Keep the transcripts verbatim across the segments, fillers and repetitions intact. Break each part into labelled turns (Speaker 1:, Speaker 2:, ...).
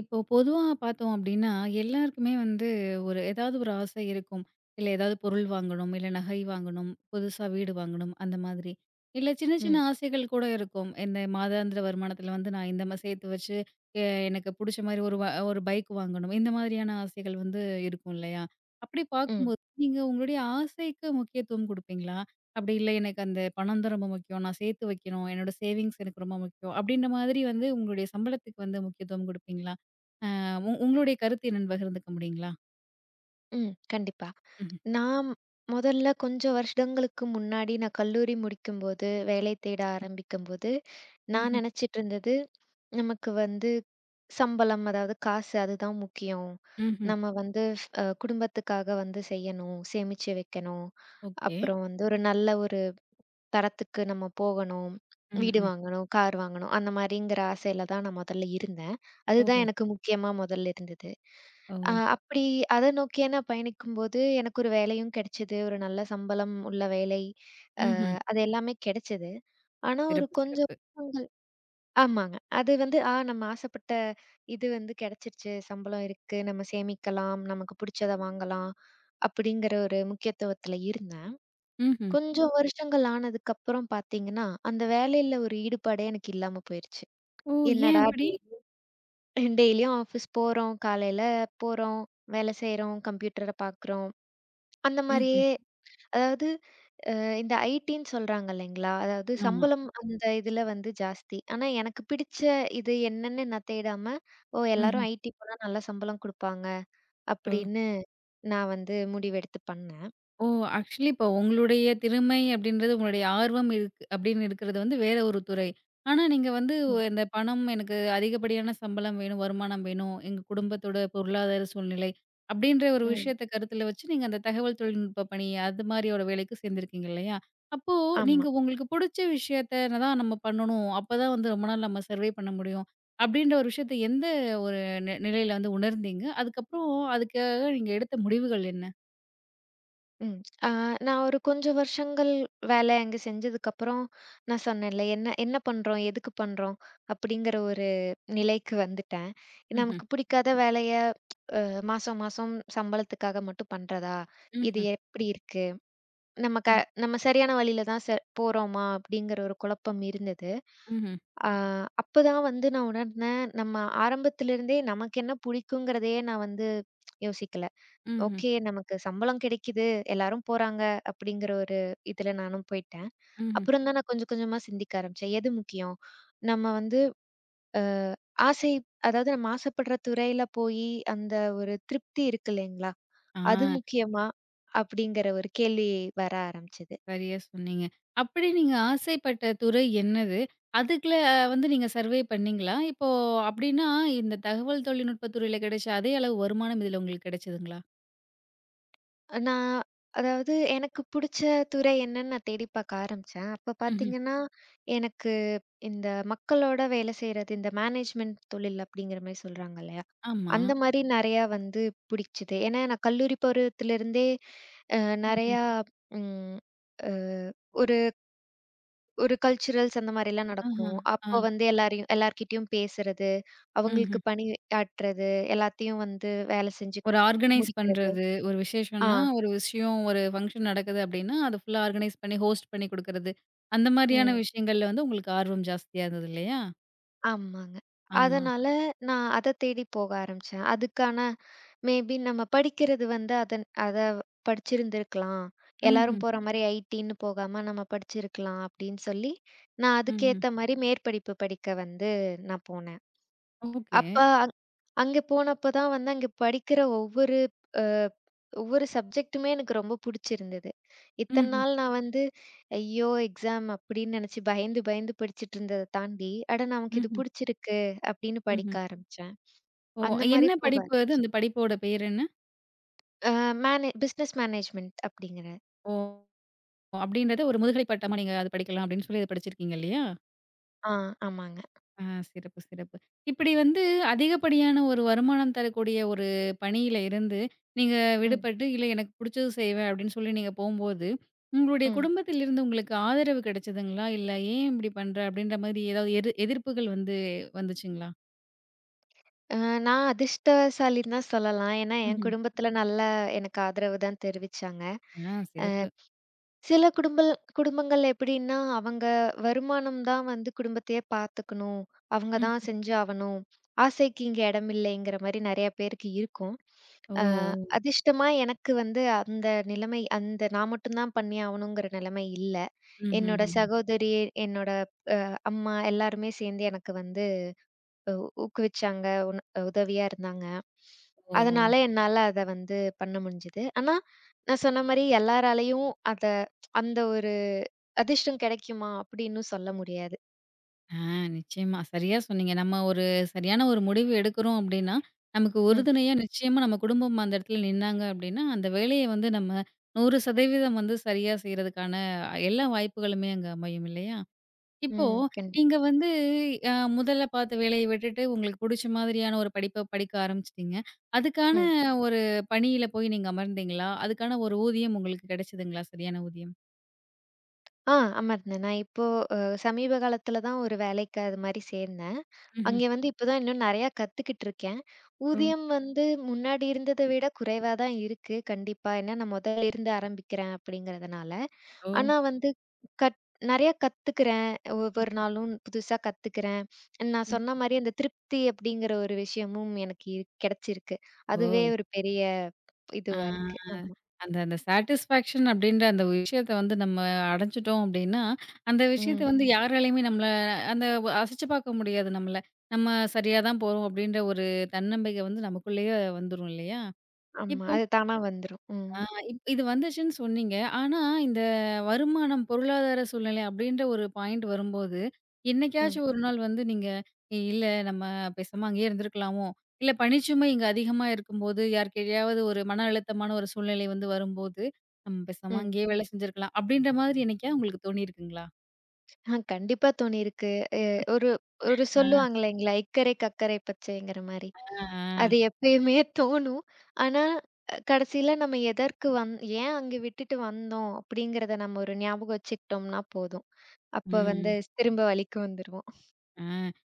Speaker 1: இப்போ பொதுவா பார்த்தோம் அப்படின்னா, எல்லாருக்குமே வந்து ஒரு ஏதாவது ஒரு ஆசை இருக்கும். இல்ல ஏதாவது பொருள் வாங்கணும், இல்ல நகை வாங்கணும், புதுசா வீடு வாங்கணும் அந்த மாதிரி. இல்ல சின்ன சின்ன
Speaker 2: ம்,
Speaker 1: ஆசைகள் கூட இருக்கும். இந்த மாதாந்திர வருமானத்துல வந்து நான் இந்த மாரி சேர்த்து வச்சு எ எனக்கு புடிச்ச மாரி ஒரு வ ஒரு பைக் வாங்கணும். இந்த மாதிரியான ஆசைகள் வந்து இருக்கும் இல்லையா? அப்படி
Speaker 2: ம்,
Speaker 1: பார்க்கும்போது நீங்க உங்களுடைய ஆசைக்கு முக்கியத்துவம் குடுப்பீங்களா? அப்படி இல்ல எனக்கு அந்த பணம் தான் ரொம்ப முக்கியம். நான் சேர்த்து வைக்கணும். என்னோட சேவிங்ஸ் எனக்கு ரொம்ப முக்கியம். அப்படின்ற மாதிரி வந்து உங்களுடைய சம்பளத்துக்கு வந்து முக்கியத்துவம் குடுப்பீங்களா? உ உங்களுடைய கருத்து என்னன்னு பகிர்ந்துக்க முடியுங்களா?
Speaker 2: ம். கண்டிப்பா.
Speaker 1: ம்ஹ்ம்.
Speaker 2: நான் முதல்ல கொஞ்சம் வருஷங்களுக்கு முன்னாடி நான் கல்லூரி முடிக்கும்போது, வேலை தேட ஆரம்பிக்கும்போது, நான்
Speaker 1: ம்ஹ்ம்,
Speaker 2: நினைச்சிட்டு இருந்தது, நமக்கு வந்து சம்பளம், அதாவது காசு அதுதான் முக்கியம்.
Speaker 1: ம்ஹ்ம்.
Speaker 2: நம்ம வந்து அ குடும்பத்துக்காக வந்து செய்யணும், சேமிச்சு வைக்கணும்.
Speaker 1: ஓகே.
Speaker 2: அப்புறம் வந்து ஒரு நல்ல ஒரு தரத்துக்கு நம்ம போகணும்.
Speaker 1: ம்,
Speaker 2: வீடு
Speaker 1: ம்.
Speaker 2: வாங்கணும், கார் வாங்கணும் அந்த மாரிங்கிற ஆசையில தான் நான் மொதல்ல இருந்தேன். அதுதான்
Speaker 1: ஓஹோ!
Speaker 2: எனக்கு முக்கியமா மொதல்ல இருந்தது. அ
Speaker 1: ஓஹோ!
Speaker 2: அப்படி அத நோக்கியே நான் பயணிக்கும்போது, எனக்கு ஒரு வேலையும் கிடைச்சது. ஒரு நல்ல சம்பளம் உள்ள வேலை.
Speaker 1: ம்ஹ்ம்.
Speaker 2: அது எல்லாமே கிடைச்சது. ஆனா ஒரு
Speaker 1: சிறப்பு,
Speaker 2: கொஞ்சம்
Speaker 1: சிறப்பு.
Speaker 2: வருஷங்கள் ஆமாங்க. அது வந்து ஆ நம்ம ஆசைப்பட்ட இது வந்து கிடைச்சிருச்சு. சம்பளம் இருக்கு. நம்ம சேமிக்கலாம். நமக்கு புடிச்சத வாங்கலாம். அப்படிங்கிற ஒரு முக்கியத்துவத்துல இருந்தேன்.
Speaker 1: ம்ஹ்ம்.
Speaker 2: கொஞ்சம் வருஷங்கள் ஆனதுக்கப்புறம் பார்த்தீங்கன்னா, அந்த வேலையில ஒரு ஈடுபாடே எனக்கு இல்லாம போயிருச்சு.
Speaker 1: ஓ! ஏன்
Speaker 2: என்னடா
Speaker 1: அப்படி?
Speaker 2: டெய் டெய்லியும் ஆஃபீஸ் போறோம், காலையில போறோம், வேலை செய்றோம், கம்ப்யூட்டர பார்க்குறோம். அந்த
Speaker 1: ம்ஹ்ம்.
Speaker 2: மாரியே அதாவது அ இந்த ஐடின்னு சொல்றாங்க இல்லைங்களா? அதாவது
Speaker 1: ஆமா.
Speaker 2: சம்பளம் அந்த இதுல வந்து ஜாஸ்தி. ஆனா எனக்கு பிடிச்ச இது என்னன்னு நான் தேடாம, ஓ
Speaker 1: ம்ஹ்ம்.
Speaker 2: எல்லாரும் ஐடி போனா நல்லா சம்பளம் குடுப்பாங்க,
Speaker 1: ஓ!
Speaker 2: அப்படின்னு நான் வந்து முடிவெடுத்து பண்ணேன்.
Speaker 1: ஓ! ஆக்சுவலி இப்போ உங்களுடைய திறமை அப்படின்றது, உங்களுடைய ஆர்வம் இருக்கு அப்படின்னு இருக்கிறது வந்து வேற ஒரு துறை. ஆனா நீங்க வந்து
Speaker 2: ம்,
Speaker 1: ஒ- இந்த பணம் எனக்கு அதிகப்படியான சம்பளம் வேணும், வருமானம் வேணும், எங்க குடும்பத்தோட பொருளாதார சூழ்நிலை அப்படின்ற ஒரு
Speaker 2: ம்.
Speaker 1: விஷயத்த கருத்துல வச்சு நீங்க அந்த தகவல் தொழில்நுட்ப பணி அது மாதிரியோட வேலைக்கு சேர்ந்திருக்கீங்க இல்லையா? அப்போ
Speaker 2: ஆமா.
Speaker 1: நீங்க உங்களுக்கு புடிச்ச விஷயத்த தான் நம்ம பண்ணணும். அப்பதான் வந்து ரொம்ப நாள் நம்ம சர்வே பண்ண முடியும். அப்படின்ற ஒரு விஷயத்த எந்த ஒரு நி நிலையில வந்து உணர்ந்தீங்க? அதுக்கப்புறம் அதுக்காக நீங்க எடுத்த முடிவுகள் என்ன?
Speaker 2: ம். ஆ நான் ஒரு கொஞ்சம் வருஷங்கள் வேலை அங்க செஞ்சதுக்கப்புறம், நான் சொன்னேன்ல, என்ன என்ன பண்றோம்? எதுக்கு பண்றோம்? அப்படிங்கிற ஒரு நிலைக்கு வந்துட்டேன்.
Speaker 1: ம்ஹ்ம்.
Speaker 2: நமக்கு பிடிக்காத வேலைய அ மாசம், மாசம் சம்பளத்துக்காக மட்டும் பண்றதா? இது
Speaker 1: ம்ஹ்ம்.
Speaker 2: எப்படி இருக்கு? நம்ம க
Speaker 1: ம்.
Speaker 2: நம்ம சரியான வழியில தான் ச போறோமா? அப்படிங்கிற ஒரு குழப்பம் இருந்தது.
Speaker 1: ம்ஹ்ம்.
Speaker 2: ஆ அப்பதான் வந்து நான் உணர்ந்தேன், நம்ம ஆரம்பத்திலிருந்தே நமக்கு என்ன பிடிக்குங்கிறதையே நான் வந்து யோசிக்கல.
Speaker 1: ம்ஹ்ம்.
Speaker 2: ஓகே. நமக்கு சம்பளம் கிடைக்குது. எல்லாரும் போறாங்க அப்படிங்கிற ஒரு இதுல நானும் போயிட்டேன்.
Speaker 1: ம்ஹ்ம்.
Speaker 2: அப்புறம் தான் நான் கொஞ்சம் கொஞ்சமா சிந்திக்க ஆரம்பிச்சேன். எது முக்கியம்? நம்ம வந்து அ ஆசை அதாவது நம்ம ஆசைப்படுற துறையில போயி அந்த ஒரு திருப்தி இருக்கு இல்லைங்களா? அது
Speaker 1: ஆ,
Speaker 2: முக்கியமா? அப்படிங்கிற ஒரு கேள்வி வர ஆரம்பிச்சது.
Speaker 1: சரியா சொன்னீங்க. அப்படி நீங்க ஆசைப்பட்ட துறை என்னது? அதுக்குள்ள வந்து நீங்க சர்வே பண்ணீங்களா? இப்போ அப்படின்னா, இந்த தகவல் தொழில்நுட்ப துறையில கிடைச்ச அதே அளவு வருமானம் இதுல உங்களுக்கு கிடைச்சதுங்களா?
Speaker 2: நான் அதாவது எனக்கு புடிச்ச துறை என்னன்னு நான் தேடி பார்க்க ஆரம்பிச்சேன். அப்ப
Speaker 1: ம்ஹ்ம்.
Speaker 2: பார்த்தீங்கன்னா, எனக்கு இந்த மக்களோட வேலை செய்றது, இந்த மேனேஜ்மெண்ட் தொழில் அப்படிங்கிற மாரி சொல்றாங்க இல்லையா?
Speaker 1: ஆமா.
Speaker 2: அந்த மாரி நெறையா வந்து பிடிச்சது. ஏன்னா, நான் கல்லூரி பருவத்திலிருந்தே அ
Speaker 1: ம்ஹ்ம்.
Speaker 2: நெறையா ம் அ ஒரு ஒரு கல்ச்சுரல்ஸ் அந்த மாரிலாம்
Speaker 1: ஆஹா.
Speaker 2: நடக்கும்.
Speaker 1: ஆ.
Speaker 2: அப்போ வந்து எல்லாரையும் எல்லார்கிட்டயும் பேசுறது,
Speaker 1: ம்ஹ்ம்.
Speaker 2: அவங்களுக்கு பணியாற்றுறது, எல்லாத்தையும் வந்து வேலை செஞ்சு
Speaker 1: ஒரு ஆர்கனைஸ்
Speaker 2: முடிக்கிறது.
Speaker 1: பண்றது, ஒரு
Speaker 2: ஆ.
Speaker 1: விசேஷம்னா, ஒரு விஷயம் ஒரு ஃபங்ஷன் நடக்குது அப்படின்னா, அத ஃபுல்லா ஆர்கனைஸ் பண்ணி, ஹோஸ்ட் பண்ணி குடுக்குறது. அந்த மாரியான
Speaker 2: ம்.
Speaker 1: விஷயங்கள்ல வந்து உங்களுக்கு ஆர்வம் ஜாஸ்தியா இருந்தது இல்லையா?
Speaker 2: ஆமாங்க.
Speaker 1: ஆமா.
Speaker 2: அதனால நான் அத தேடி போக ஆரம்பிச்சேன். அதுக்கான மேபி நம்ம படிக்கிறது வந்து அதன் அத படிச்சிருந்திருக்கலாம். எல்லாரும்
Speaker 1: ம்ஹ்ம்.
Speaker 2: போற மாரி ஐடின்னு போகாம நம்ம படிச்சிருக்கலாம் அப்படின்னு சொல்லி, நான்
Speaker 1: ம்ஹ்ம்.
Speaker 2: அதுக்கேத்த மாரி மேற்படிப்பு படிக்க வந்து நான் போனேன்.
Speaker 1: ஓகே.
Speaker 2: அப்ப அங் அங்க போனப்ப தான் வந்து அங்க படிக்கிற ஒவ்வொரு அ ஒவ்வொரு சப்ஜெக்ட்டுமே எனக்கு ரொம்ப புடிச்சிருந்தது. இத்தன
Speaker 1: ம்ஹ்ம்.
Speaker 2: நாள் நான் வந்து, ஐயோ! எக்ஸாம் அப்படின்னு நெனச்சு பயந்து பயந்து படிச்சுட்டு இருந்தத தாண்டி, அட நமக்கு இது
Speaker 1: ம்ஹ்ம்,
Speaker 2: புடிச்சிருக்கு அப்படின்னு
Speaker 1: ம்ஹ்ம்.
Speaker 2: படிக்க ஆரம்பிச்சேன்.
Speaker 1: ஓ!
Speaker 2: அந்த மாரி
Speaker 1: என்ன
Speaker 2: போக
Speaker 1: படிப்பு அது? அந்த
Speaker 2: ஆரம்பிச்சேன்.
Speaker 1: படிப்போட பேர் என்ன?
Speaker 2: அ மேனே பிசினஸ் மேனேஜ்மென்ட் அப்படிங்கிற
Speaker 1: ஓ! அப்படின்றத ஒரு முதுகலை பட்டமா நீங்க அது படிக்கலாம் அப்படின்னு சொல்லி அத படிச்சிருக்கீங்க இல்லையா?
Speaker 2: ஆ ஆமாங்க.
Speaker 1: ஆ, சிறப்பு, சிறப்பு. இப்படி வந்து அதிகப்படியான ஒரு வருமானம் தரக்கூடிய ஒரு பணியில இருந்து நீங்க
Speaker 2: ம்,
Speaker 1: விடுபட்டு, "இல்ல எனக்கு புடிச்சது செய்வேன்" அப்படின்னு சொல்லி நீங்க போம்போது, உங்களுடைய
Speaker 2: ம்.
Speaker 1: குடும்பத்திலிருந்து உங்களுக்கு ஆதரவு கிடைச்சதுங்களா? இல்ல "ஏன் இப்படி பண்ற?" அப்படின்ற மாதிரி ஏதாவது எது எதிர்ப்புகள் வந்து வந்துச்சுங்களா?
Speaker 2: அ நான் அதிர்ஷ்டசாலின்னு தான் சொல்லலாம். ஏன்னா என்
Speaker 1: ம்ஹ்ம்.
Speaker 2: குடும்பத்துல நல்லா எனக்கு ஆதரவு தான் தெரிவிச்சாங்க.
Speaker 1: ஆ,
Speaker 2: அ
Speaker 1: சிறப்பு.
Speaker 2: சில குடும்பல் குடும்பங்கள் எப்படின்னா, அவங்க வருமானம் தான் வந்து குடும்பத்தையே பார்த்துக்கணும். அவங்க தான்
Speaker 1: ம்.
Speaker 2: செஞ்சாவணும். ஆசைக்கு இங்க இடம் இல்லைங்கிற மாரி நெறைய பேருக்கு இருக்கும்.
Speaker 1: ஓ!
Speaker 2: அ
Speaker 1: ஓ!
Speaker 2: அதிர்ஷ்டமா எனக்கு வந்து அந்த நிலைமை அந்த நான் மட்டும் தான் பண்ணியாவணுங்கிற நிலைமை இல்ல.
Speaker 1: ம்ஹ்ம்,
Speaker 2: என்னோட
Speaker 1: ம்ஹ்ம்.
Speaker 2: சகோதரி, என்னோட அம்மா எல்லாருமே சேர்ந்து எனக்கு வந்து ஊ ஊக்குவிச்சாங்க. உன் உதவியா இருந்தாங்க.
Speaker 1: ஓ! ஓ!
Speaker 2: அதனால என்னால அத வந்து பண்ண முடிஞ்சது. ஆனா, நான் சொன்ன மாரி எல்லாராலயும் அத அந்த ஒரு அதிர்ஷ்டம் கிடைக்குமா? அப்படின்னு சொல்ல முடியாது.
Speaker 1: ஆ, நிச்சயமா. சரியா சொன்னீங்க. நம்ம ஒரு சரியான ஒரு முடிவு எடுக்கிறோம் அப்படின்னா, நமக்கு
Speaker 2: ம்,
Speaker 1: உறுதுணையா நிச்சயமா நம்ம குடும்பம் அந்த இடத்துல நின்னாங்க அப்படின்னா, அந்த வேலைய வந்து நம்ம நூறு சதவீதம் வந்து சரியா செய்றதுக்கான எல்லா வாய்ப்புகளுமே அங்க அமையும் இல்லையா? இப்போ
Speaker 2: ம். கண்டிப்
Speaker 1: நீங்க வந்து அ முதல்ல பார்த்த வேலைய விட்டுட்டு உங்களுக்கு புடிச்ச மாதிரியான ஒரு படிப்ப படிக்க ஆரம்பிச்சுட்டீங்க. அதுக்கான
Speaker 2: ம்.
Speaker 1: ஒரு பணியில போய் நீங்க அமர்ந்தீங்களா? அதுக்கான ஒரு ஊதியம் உங்களுக்கு கிடைச்சதுங்களா? சரியான ஊதியம்?
Speaker 2: ஆ அமர்ந்தேன். நான் இப்போ அ சமீப காலத்துல தான் ஒரு வேலைக்கு அது மாரி சேர்ந்தேன்.
Speaker 1: ம்ஹ்ம்.
Speaker 2: அங்க வந்து இப்ப தான் இன்னும் நெறையா கத்துக்கிட்டு இருக்கேன்.
Speaker 1: ஓ!
Speaker 2: ஊதியம் வந்து முன்னாடி இருந்தத விட குறைவா தான் இருக்கு கண்டிப்பா. ஏன்னா நான் முதல்ல இருந்து ஆரம்பிக்கிறேன் அப்படிங்கிறதுனால.
Speaker 1: ஓ!
Speaker 2: ஆனா வந்து கத் நெறையா கத்துக்கிறேன். ஒவ்வொரு நாளும் புதுசா கத்துக்கிறேன். நான்
Speaker 1: ம்.
Speaker 2: சொன்ன மாரி அந்த திருப்தி அப்படிங்கிற ஒரு விஷயமும் எனக்கு இரு கிடைச்சிருக்கு. அதுவே
Speaker 1: ஓ!
Speaker 2: ஒரு பெரிய
Speaker 1: ஆ.
Speaker 2: இதுவா இருக்கு. ஆமா.
Speaker 1: அந்த அந்த சாட்டிஸ்ஃபேக்ஷன் அப்படின்ற அந்த விஷயத்த வந்து நம்ம அடைஞ்சுட்டோம் அப்படின்னா, அந்த விஷயத்த
Speaker 2: ம்.
Speaker 1: வந்து யாராலயுமே நம்மள அந்த அசச்சு பார்க்க முடியாது நம்மள. நம்ம சரியா தான் போறோம் அப்படின்ற ஒரு தன்னம்பிக்கை வந்து நமக்குள்ளேயே வந்துரும் இல்லையா?
Speaker 2: ஆமா.
Speaker 1: இப்போ
Speaker 2: அது தானா வந்துரும். ம்.
Speaker 1: ஆ இப் இது வந்துச்சுன்னு சொன்னீங்க. ஆனா, இந்த வருமானம், பொருளாதார சூழ்நிலை அப்படின்ற ஒரு பாயிண்ட் வரும்போது,
Speaker 2: ம்.
Speaker 1: என்னைக்காச்சும் ஒரு நாள் வந்து நீங்க, "ஏய், "இல்ல நம்ம பேசாம அங்கேயே இருந்திருக்கலாமோ!" இல்ல பணிச்சுமை இங்க அதிகமா இருக்கும்போது, யாருக்கிட்டயாவது ஒரு மன அழுத்தமான ஒரு சூழ்நிலை வந்து வரும்போது, "நம்ம பேசாம
Speaker 2: ம்.
Speaker 1: அங்கேயே வேலை செஞ்சிருக்கலாம்." அப்படின்ற மாதிரி என்னைக்கா உங்களுக்கு தோணியிருக்குங்களா?
Speaker 2: ஆ கண்டிப்பா தோணியிருக்கு. அ ஒரு ஒரு
Speaker 1: ஆ,
Speaker 2: சொல்லுவாங்க இல்லைங்களா? "இக்கரை கக்கரை பச்சைங்கிற" மாரி.
Speaker 1: ஆ, ஆ.
Speaker 2: அது எப்பயுமே தோணும். ஆனா அ கடைசியில நம்ம எதற்கு வந் ஏன் அங்க விட்டுட்டு வந்தோம் அப்படிங்கிறத நம்ம ஒரு ஞாபகம் வச்சுக்கிட்டோம்னா போதும். அப்ப வந்து
Speaker 1: ம்.
Speaker 2: திரும்ப வழிக்கு வந்துருவோம்.
Speaker 1: ஆ,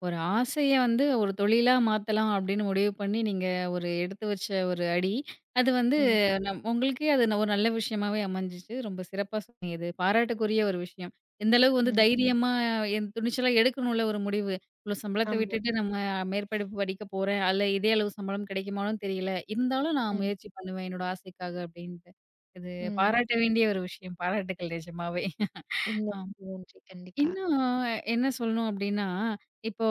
Speaker 1: ஒரு ஆசைய வந்து ஒரு தொழிலா மாத்தலாம் அப்படின்னு முடிவு பண்ணி, நீங்க ஒரு எடுத்து வச்ச ஒரு அடி, அது வந்து
Speaker 2: ம்.
Speaker 1: நம் உங்களுக்கே அது ந- ஒரு நல்ல விஷயமாவே அமைஞ்சுச்சு. ரொம்ப சிறப்பா சொன்னீங்க. இது பாராட்டுக்குரிய ஒரு விஷயம். எந்த அளவுக்கு வந்து
Speaker 2: ம்.
Speaker 1: தைரியமா என் துணிச்சலா எடுக்கணும்ல ஒரு முடிவு. இவ்ளோ சம்பளத்த
Speaker 2: ஆமா.
Speaker 1: விட்டுட்டு நம்ம மேற்படிப்பு படிக்க போறேன். அதுல இதே அளவு சம்பளம் கிடைக்குமான்னு தெரியல. இருந்தாலும் நான்
Speaker 2: ம்.
Speaker 1: முயற்சி பண்ணுவேன். என்னோட ஆசைக்காக அப்படின்ட்டு. இது
Speaker 2: ம்.
Speaker 1: பாராட்ட வேண்டிய ஒரு விஷயம். பாராட்டுக்கள் நிஜமாவே.
Speaker 2: நன்றி,
Speaker 1: ஆமா.
Speaker 2: நன்றி. கண்டிப்பா.
Speaker 1: இன்னும் என்ன சொல்லணும் அப்டின்னா, இப்போ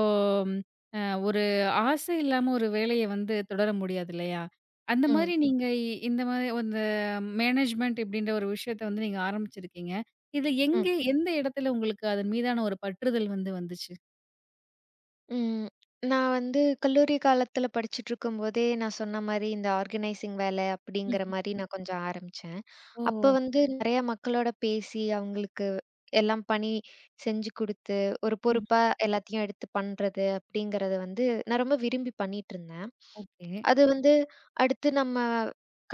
Speaker 1: அ ஒரு ஆசை இல்லாம ஒரு வேலைய வந்து தொடர முடியாது இல்லையா? அந்த
Speaker 2: ம்.
Speaker 1: மாரி நீங்க இ- இந்த மாரி இந்த மேனேஜ்மென்ட் இப்டின்ற ஒரு விஷயத்த வந்து நீங்க ஆரம்பிச்சிருக்கீங்க. இது எங்க
Speaker 2: ம்.
Speaker 1: எந்த இடத்துல உங்களுக்கு அதன் மீதான ஒரு பற்றுதல் வந்து வந்துச்சு?
Speaker 2: ம். நான் வந்து கல்லூரி காலத்துல படிச்சுட்ருக்கும்போதே, நான் சொன்ன மாரி இந்த ஆர்கனைசிங் வேலை அப்படிங்கிற
Speaker 1: ம்.
Speaker 2: மாரி நான் கொஞ்சம் ஆரம்பிச்சேன்.
Speaker 1: ஓ!
Speaker 2: அப்ப வந்து நெறைய மக்களோட பேசி, அவங்களுக்கு எல்லாம் பணி செஞ்சு குடுத்து, ஒரு
Speaker 1: ம்.
Speaker 2: பொறுப்பா எல்லாத்தையும் எடுத்து பண்றது அப்படிங்கிறத வந்து நான் ரொம்ப விரும்பி பண்ணிட்டுருந்தேன்.
Speaker 1: ஓகே.
Speaker 2: அது வந்து அடுத்து நம்ம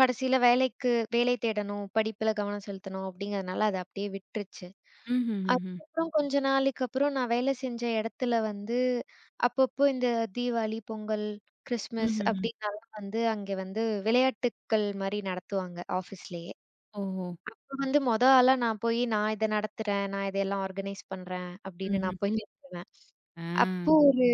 Speaker 2: கடைசியில வேலைக்கு வேலை தேடணும், படிப்புல கவனம் செலுத்தணும் அப்படிங்கிறதுனால, அத அப்படியே விட்டுருச்சு.
Speaker 1: ம்ஹ்ஹ்ம்.
Speaker 2: அதுக்கப்புறம் கொஞ்ச நாளைக்கு அப்புறம் நான் வேலை செஞ்ச இடத்துல வந்து, அப்பப்போ இந்த தீவாளி, பொங்கல், கிறிஸ்மஸ்
Speaker 1: ம்ஹ்ஹ்ம்.
Speaker 2: அப்டின்னாலாம் வந்து அங்க வந்து விளையாட்டுக்கள் மாரி நடத்துவாங்க ஆஃபீஸ்லயே.
Speaker 1: ஓஹோ!
Speaker 2: அப்ப வந்து மொத ஆளா நான் போய் நான் இத நடத்துறேன், நான் இதெல்லாம் ஆர்கனைஸ் பண்றேன் அப்படின்னு நான்
Speaker 1: ம்ஹ்ம்.
Speaker 2: போய் நிறுத்துவேன்.
Speaker 1: ஆ.
Speaker 2: அப்போ ஒரு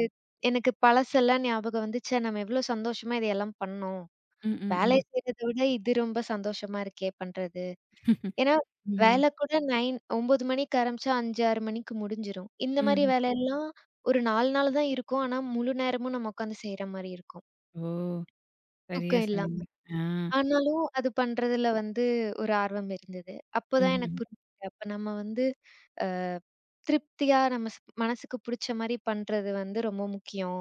Speaker 2: எனக்கு பழசெல்லாம் ஞாபகம் வந்து, ச்சே! நம்ம எவ்ளோ சந்தோஷமா இதையெல்லாம் பண்ணோம்.
Speaker 1: ம், ம்,
Speaker 2: வேலை
Speaker 1: ம்.
Speaker 2: செய்றத விட இது ரொம்ப சந்தோஷமா இருக்கே! பண்றது. ஏன்னா,
Speaker 1: ம்ஹ்ம்.
Speaker 2: வேலை கூட 9, 9 மணிக்கு ஆரம்பிச்சா ஐந்து, ஆறு மணிக்கு முடிஞ்சிரும். இந்த மாரி
Speaker 1: ம்ஹ்ம்.
Speaker 2: வேலையெல்லாம் ஒரு நாலு நாள் தான் இருக்கும். ஆனா, முழு நேரமும் நம்ம உட்காந்து செய்ற மாரி இருக்கும்.
Speaker 1: ஓ! சரியா
Speaker 2: தூக்கம் இல்லாம.
Speaker 1: சொன்னீங்க. ஆ.
Speaker 2: ஆனாலும் அது பண்றதுல வந்து ஒரு ஆர்வம் இருந்தது. அப்பதான் எனக்கு
Speaker 1: ம்ஹ்ம்.
Speaker 2: புரிஞ்சுது. அப்ப நம்ம வந்து அ திருப்தியா நம்ம ஸ் மனசுக்கு புடிச்ச மாரி பண்றது வந்து ரொம்ப முக்கியம்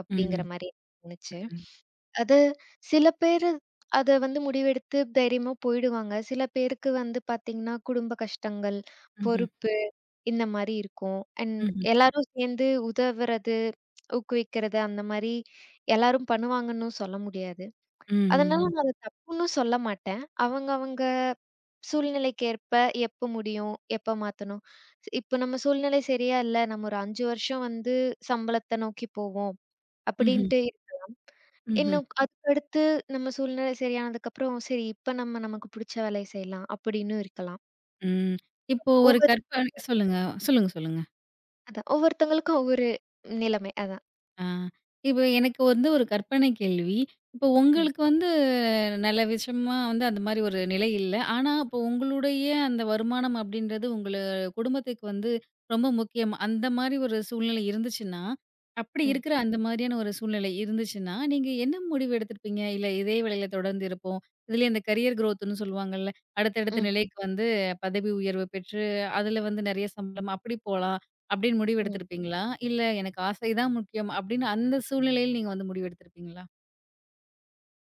Speaker 2: அப்படிங்கிற
Speaker 1: ம்.
Speaker 2: மாரி தோணுச்சு.
Speaker 1: ம்.
Speaker 2: அது சில பேரு அத வந்து முடிவெடுத்து தைரியமா போயிடுவாங்க. சில பேருக்கு வந்து பார்த்தீங்கன்னா, குடும்ப கஷ்டங்கள்,
Speaker 1: ம்ஹ்ம்.
Speaker 2: பொறுப்பு இந்த மாரி இருக்கும். அண்ட்
Speaker 1: ம்ஹ்ம்.
Speaker 2: எல்லாரும் சேர்ந்து உதவுறது, ஊக்குவிக்கிறது அந்த மாரி எல்லாரும் பண்ணுவாங்கன்னும் சொல்ல முடியாது.
Speaker 1: ம்,
Speaker 2: அதனால
Speaker 1: ம்ஹ்ம்.
Speaker 2: நான் அத தப்புன்னு சொல்ல மாட்டேன். அவங்கவங்க சூழ்நிலைக்கு ஏற்ப எப்ப முடியும், எப்ப மாத்தணும். ஸ்- இப்ப நம்ம சூழ்நிலை சரியா இல்ல. நம்ம ஒரு அஞ்சு வருஷம் வந்து சம்பளத்த நோக்கி போவோம்.
Speaker 1: ம்ஹ்ம்.
Speaker 2: அப்படின்ட்டு
Speaker 1: ம்ஹ்ம்.
Speaker 2: இன்னும் அதுக்கடுத்து நம்ம சூழ்நிலை சரியானதுக்கப்புறம், சரி இப்ப நம்ம நமக்கு புடிச்ச வேலைய செய்யலாம் அப்படின்னு இருக்கலாம்.
Speaker 1: ம். இப்போ ஒரு கற்பனை
Speaker 2: ஒவ்வொருத்தங்களுக்கும்
Speaker 1: சொல்லுங்க. சொல்லுங்க, சொல்லுங்க.
Speaker 2: அதான் ஒவ்வொருத்தங்களுக்கும் ஒவ்வொரு நிலைமை. அதான்.
Speaker 1: ஆ. இப்ப எனக்கு வந்து ஒரு கற்பனை கேள்வி. இப்போ
Speaker 2: ம்,
Speaker 1: உங்களுக்கு வந்து நல்ல விஷயமா வந்து அந்த மாரி ஒரு நிலை இல்ல. ஆனா, அப்போ உங்களுடைய அந்த வருமானம் அப்படின்றது உங்கள குடும்பத்துக்கு வந்து ரொம்ப முக்கியம். அந்த மாரி ஒரு சூழ்நிலை இருந்துச்சுன்னா, அப்படி
Speaker 2: ம்,
Speaker 1: இருக்கிற அந்த மாரியான ஒரு சூழ்நிலை இருந்துச்சுன்னா, நீங்க என்ன முடிவு எடுத்திருப்பீங்க? இல்ல இதே வேலையில தொடர்ந்து இருப்போம். இதுலயும் இந்த கரியர் குரோத்ன்னு சொல்லுவாங்கல்ல. அடுத்தடுத்த
Speaker 2: ம்,
Speaker 1: நிலைக்கு வந்து பதவி உயர்வு பெற்று, அதுல வந்து நெறைய சம்பளம் அப்படி போலாம். அப்படின்னு முடிவு
Speaker 2: ம்.
Speaker 1: எடுத்திருப்பீங்களா? இல்ல எனக்கு ஆசை தான் முக்கியம் அப்படின்னு அந்த சூழ்நிலையில நீங்க வந்து முடிவு எடுத்திருப்பீங்களா?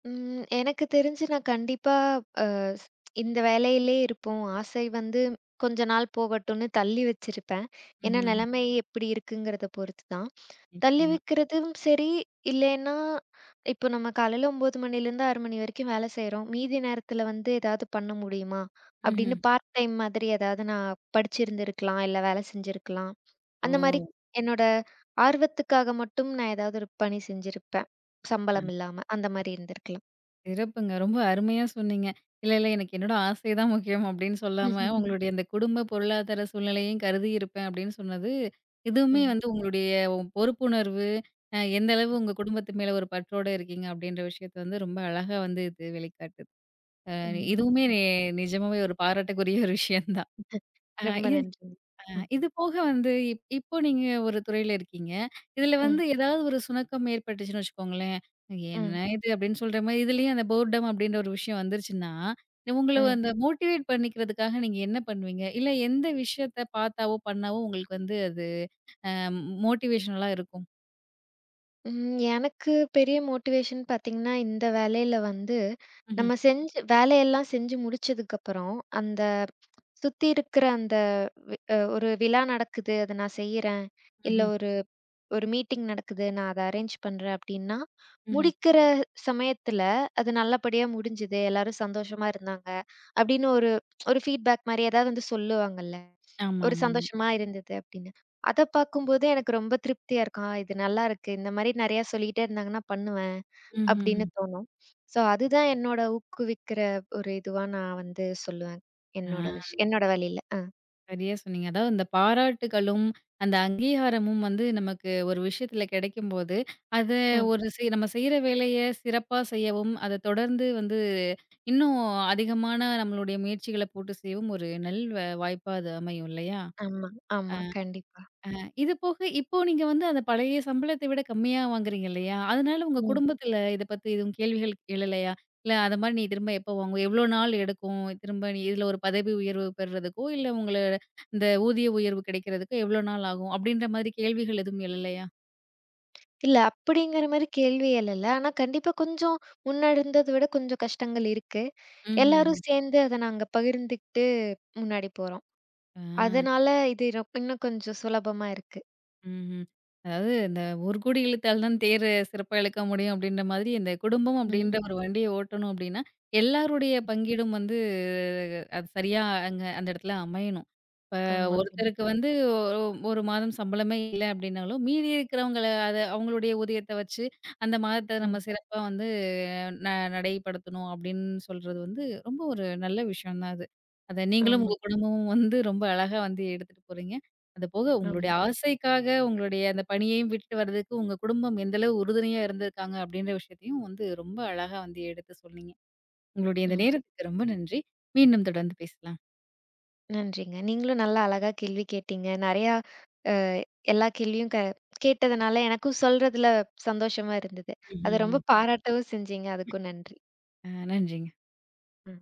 Speaker 2: ம். எனக்கு தெரிஞ்சு நான் கண்டிப்பா அ இந்த வேலையிலே இருப்போம். ஆசை வந்து கொஞ்ச நாள் போகட்டும்ன்னு தள்ளி வச்சிருப்பேன். ஏன்னா
Speaker 1: ம்ஹ்ம்.
Speaker 2: நிலைமை எப்படி இருக்குங்கிறத பொறுத்து தான். தள்ளி
Speaker 1: நிச்சயமா.
Speaker 2: வைக்கிறதும் சரி, இல்லைன்னா இப்போ நம்ம காலையில ஒன்பது மணிலேருந்து ஆறு மணி வரைக்கும் வேலை செய்றோம். மீதி நேரத்தில வந்து ஏதாவது பண்ண முடியுமா?
Speaker 1: ம்ஹ்ம்.
Speaker 2: அப்படின்னு பார்ட் டைம் மாதிரி ஏதாவது நான் படிச்சிருந்திருக்கலாம், இல்ல வேலை செஞ்சிருக்கலாம்.
Speaker 1: ஓ!
Speaker 2: அந்த மாரி என்னோட ஆர்வத்துக்காக மட்டும் நான் ஏதாவது ஒரு பணி செஞ்சிருப்பேன்.
Speaker 1: அ
Speaker 2: சம்பளம் இல்லாம அந்த மாரி இருந்திருக்கலாம்.
Speaker 1: சிறப்புங்க. ரொம்ப அருமையா சொன்னீங்க. இல்ல, இல்ல எனக்கு என்னோட ஆசை தான் முக்கியம் அப்படின்னு சொல்லாம,
Speaker 2: ம்,
Speaker 1: உங்களுடைய அந்த குடும்ப பொருளாதார சூழ்நிலையும் கருதி இருப்பேன் அப்படின்னு சொன்னது, இதுவுமே வந்து உங்களுடைய உ- பொறுப்புணர்வு, அ எந்த அளவு உங்க குடும்பத்து மேல ஒரு பற்றோட இருக்கீங்க அப்படின்ற விஷயத்த வந்து ரொம்ப அழகா வந்து இது வெளிக்காட்டுது. அ
Speaker 2: ம்.
Speaker 1: இதுவுமே நி நிஜமாவே ஒரு பாராட்டுக்குரிய ஒரு விஷயம் தான். அ
Speaker 2: ரொம்ப
Speaker 1: இ
Speaker 2: நன்றிங்க.
Speaker 1: அ
Speaker 2: ம்,
Speaker 1: இது போக வந்து இப் இப்போ நீங்க ஒரு துறையில இருக்கீங்க. இதுல
Speaker 2: ம்,
Speaker 1: வந்து ஏதாவது ஒரு சுணக்கம் ஏற்பட்டுச்சுன்னு வச்சுக்கோங்களேன்.
Speaker 2: ம்,
Speaker 1: "என்ன
Speaker 2: ம்.
Speaker 1: இது?" அப்படின்னு சொல்ற மாரி இதுலயும் அந்த போர்டம் அப்படின்ற ஒரு விஷயம் வந்துருச்சுன்னா, உங்கள
Speaker 2: ம்.
Speaker 1: அந்த மோட்டிவேட் பண்ணிக்கிறதுக்காக நீங்க என்ன பண்ணுவீங்க? இல்ல எந்த விஷயத்த பார்த்தாவோ, பண்ணாவோ உங்களுக்கு வந்து அது அ மோட்டிவேஷனலா இருக்கும்?
Speaker 2: எனக்கு பெரிய மோட்டிவேஷன் பார்த்தீங்கன்னா, இந்த வேலையில வந்து
Speaker 1: ம்ஹ்ம்,
Speaker 2: நம்ம செஞ்சு வேலையெல்லாம் செஞ்சு முடிச்சதுக்கப்புறம், அந்த சுத்தி இருக்கிற அந்த வி அ ஒரு விழா நடக்குது, அத நான் செய்றேன். இல்ல
Speaker 1: ம்ஹ்ம்,
Speaker 2: ஒரு ஒரு மீட்டிங் நடக்குது, நான் அத அரேஞ்ச் பண்றேன் அப்படின்னா,
Speaker 1: ம்ஹ்ம்.
Speaker 2: முடிக்கிற சமயத்துல அது நல்லபடியா முடிஞ்சுது, எல்லாரும் சந்தோஷமா இருந்தாங்க அப்படின்னு ஒரு ஒரு ஃபீட்பேக் மாரி ஏதாவது வந்து சொல்லுவாங்கல்ல. ஒரு
Speaker 1: ஆமாமாமா.
Speaker 2: சந்தோஷமா இருந்தது அப்படின்னு. அத பார்க்கும்போது எனக்கு ரொம்ப திருப்தியா இருக்கும். ஆ இது நல்லாருக்கு. இந்த மாரி நெறையா சொல்லிட்டே இருந்தாங்கன்னா பண்ணுவேன்,
Speaker 1: ம்ஹ்ம்.
Speaker 2: அப்படின்னு தோணும். ஸோ அதுதான் என்னோட ஊக்குவிக்கிற ஒரு இதுவா நான் வந்து சொல்லுவேன். என்னோட
Speaker 1: ஆ.
Speaker 2: விஷ் என்னோட வழியில. அ.
Speaker 1: சரியா சொன்னீங்க. அதாவது இந்த பாராட்டுகளும், அந்த அங்கீகாரமும் வந்து நமக்கு ஒரு விஷயத்துல கிடைக்கும்போது, அது
Speaker 2: ம்.
Speaker 1: ஒரு செய் நம்ம செய்ற வேலைய சிறப்பா செய்யவும், அத தொடர்ந்து வந்து இன்னும் அதிகமான நம்மளுடைய முயற்சிகள போட்டு செய்யவும் ஒரு நல் வ வாய்ப்பா அது அமையும் இல்லையா?
Speaker 2: ஆமா, ஆமா. கண்டிப்பா.
Speaker 1: இது போக, இப்போ நீங்க வந்து அந்த பழைய சம்பளத்த விட கம்மியா வாங்குறீங்க இல்லையா? அதனால உங்க
Speaker 2: ம்.
Speaker 1: குடும்பத்துல இத பத்தி எதுவும் கேள்விகள் எழலையா? இல்ல அது மாரி நீ திரும்ப எப்போ வாங்குவ? எவ்வளோ நாள் எடுக்கும்? திரும்ப நீ இதுல ஒரு பதவி உயர்வு பெறுறதுக்கோ, இல்ல உங்கள இந்த ஊதிய உயர்வு கிடைக்கிறதுக்கோ எவ்வளோ நாள் ஆகும்? அப்படின்ற மாதிரி கேள்விகள் எதுவும் எழலையா?
Speaker 2: இல்ல அப்படிங்கிற மாரி கேள்வி எழல. ஆனா கண்டிப்பா கொஞ்சம் முன்ன இருந்தத விட கொஞ்சம் கஷ்டங்கள் இருக்கு. எல்லாரும்
Speaker 1: ம்ஹ்ஹும்.
Speaker 2: சேர்ந்து அத நாங்க பகிர்ந்துக்கிட்டு முன்னாடி போறோம்.
Speaker 1: ஆ.
Speaker 2: அதனால இது ரொ இன்னும் கொஞ்சம் சுலபமா இருக்கு.
Speaker 1: ம்ஹ்ம். அதாவது இந்த ஒரு கூடி இழுத்தால் தான் தேர் சிறப்பா இழுக்க முடியும் அப்படின்ற மாதிரி, இந்த குடும்பம் அப்படின்ற
Speaker 2: ம்.
Speaker 1: ஒரு வண்டிய ஓட்டணும் அப்படின்னா, எல்லாருடைய பங்கீடும் வந்து அது சரியா அங்க அந்த இடத்துல அமையணும். இப்ப
Speaker 2: ஆமா.
Speaker 1: ஒருத்தருக்கு
Speaker 2: கண்டிப்பா.
Speaker 1: வந்து ஒ ஒரு மாதம் சம்பளமே இல்ல அப்படின்னாலும், மீதி இருக்கிறவங்கள அத அவங்களுடைய ஊதியத்த வச்சு அந்த மாதத்த
Speaker 2: ம்.
Speaker 1: நம்ம சிறப்பா வந்து ந நடைப்படுத்தணும் அப்படின்னு சொல்றது வந்து ரொம்ப ஒரு நல்ல விஷயம் தான் அது. அத நீங்களும்
Speaker 2: ஆமா,
Speaker 1: உங்க குடும்பமும் வந்து ரொம்ப அழகா வந்து எடுத்துட்டு போறீங்க. அது போக
Speaker 2: ஆமா,
Speaker 1: உங்களுடைய ஆசைக்காக உங்களுடைய அந்த பணியையும் விட்டுட்டு வர்றதுக்கு உங்க குடும்பம் எந்த அளவு உறுதுணையா இருந்திருக்காங்க அப்படின்ற விஷயத்தையும் வந்து ரொம்ப அழகா வந்து எடுத்து சொன்னீங்க. உங்களுடைய இந்த
Speaker 2: ஆமா.
Speaker 1: நேரத்துக்கு ரொம்ப நன்றி. மீண்டும் தொடர்ந்து பேசலாம்.
Speaker 2: நன்றிங்க. நீங்களும் நல்லா அழகா கேள்வி கேட்டீங்க. நெறையா அ எல்லா கேள்வியும் க கேட்டதுனால எனக்கும் சொல்றதுல சந்தோஷமா இருந்தது. அத ரொம்ப
Speaker 1: ம்ஹ்ம்.
Speaker 2: பாராட்டவும் செஞ்சீங்க. அதுக்கும் நன்றி.
Speaker 1: அ நன்றிங்க.
Speaker 2: ம்.